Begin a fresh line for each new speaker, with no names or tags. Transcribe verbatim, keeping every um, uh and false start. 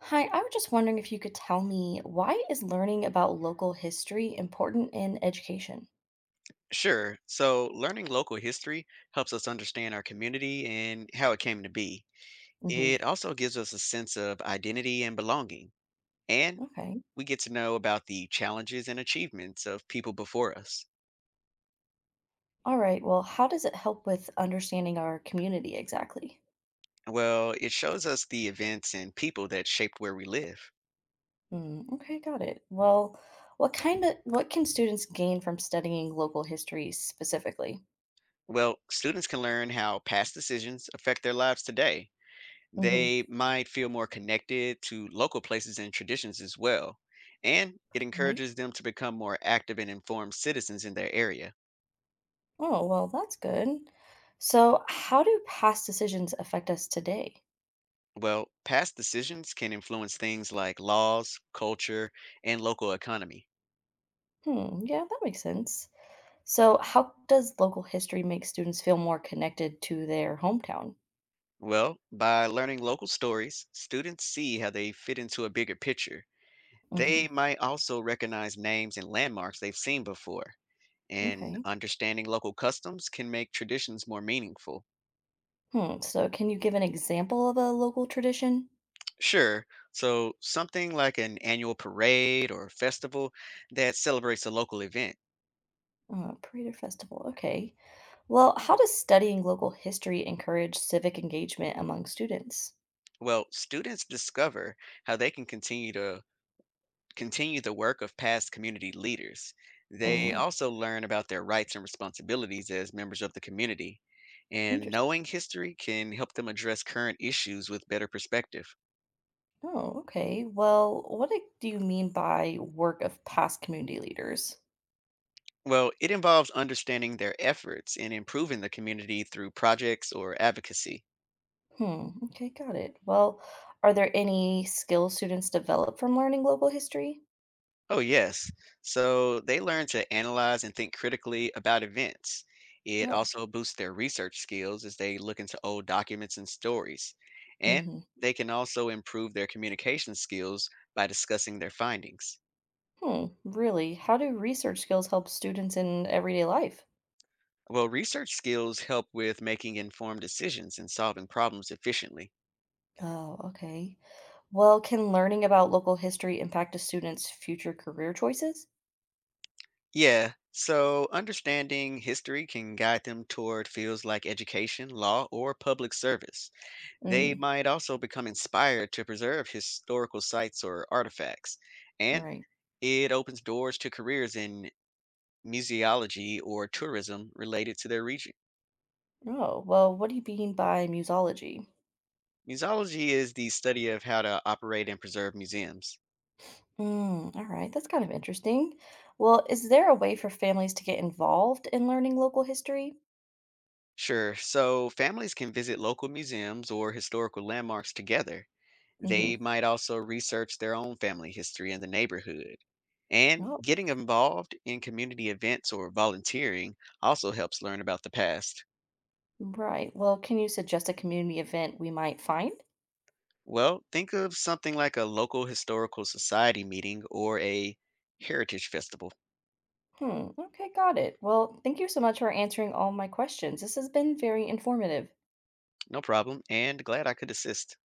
Hi, I was just wondering if you could tell me, why is learning about local history important in education?
Sure. So, learning local history helps us understand our community and how it came to be.
Hmm.
It also gives us a sense of identity and belonging, and
Okay.
we get to know about the challenges and achievements of people before us.
All right. Well, how does it help with understanding our community exactly?
Well, it shows us the events and people that shaped where we live.
Mm, okay, got it. Well, what kind of what can students gain from studying local history specifically?
Well, students can learn how past decisions affect their lives today.
Hmm.
They might feel more connected to local places and traditions as well. And it
Right.
encourages them to become more active and informed citizens in their area.
Oh, well, that's good. So, how do past decisions affect us today?
Well, past decisions can influence things like laws, culture, and local economy.
Hmm, yeah, that makes sense. So, how does local history make students feel more connected to their hometown?
Well, by learning local stories, students see how they fit into a bigger picture.
Hmm.
They might also recognize names and landmarks they've seen before, and
Okay.
understanding local customs can make traditions more meaningful.
Hmm. So, can you give an example of a local tradition?
Sure. So, something like an annual parade or festival that celebrates a local event.
Uh, parade or festival. Okay. Well, how does studying local history encourage civic engagement among students?
Well, students discover how they can continue to continue the work of past community leaders. They
Mm,
also learn about their rights and responsibilities as members of the community. And
interesting.
knowing history can help them address current issues with better perspective.
Oh, okay. Well, what e- do you mean by work of past community leaders?
Well, it involves understanding their efforts in improving the community through projects or advocacy.
Hmm. Okay, got it. Well, are there any skills students develop from learning local history?
Oh, yes. So they learn to analyze and think critically about events. It
Oh.
also boosts their research skills as they look into old documents and stories. And
Hmm.
they can also improve their communication skills by discussing their findings.
Hmm, really? How do research skills help students in everyday life?
Well, research skills help with making informed decisions and solving problems efficiently.
Oh, okay. Well, can learning about local history impact a student's future career choices?
Yeah, so understanding history can guide them toward fields like education, law, or public service. They
Mm,
might also become inspired to preserve historical sites or artifacts, and
right.
it opens doors to careers in museology or tourism related to their region.
Oh, well, what do you mean by musology?
Museology is the study of how to operate and preserve museums.
Mm, all right, that's kind of interesting. Well, is there a way for families to get involved in learning local history?
Sure, so families can visit local museums or historical landmarks together. They
Mm-hmm.
might also research their own family history in the neighborhood. And
Oh,
getting involved in community events or volunteering also helps learn about the past.
right. Well, can you suggest a community event we might find?
Well, think of something like a local historical society meeting or a heritage festival.
Hmm. Okay, got it. Well, thank you so much for answering all my questions. This has been very informative.
No problem, and glad I could assist.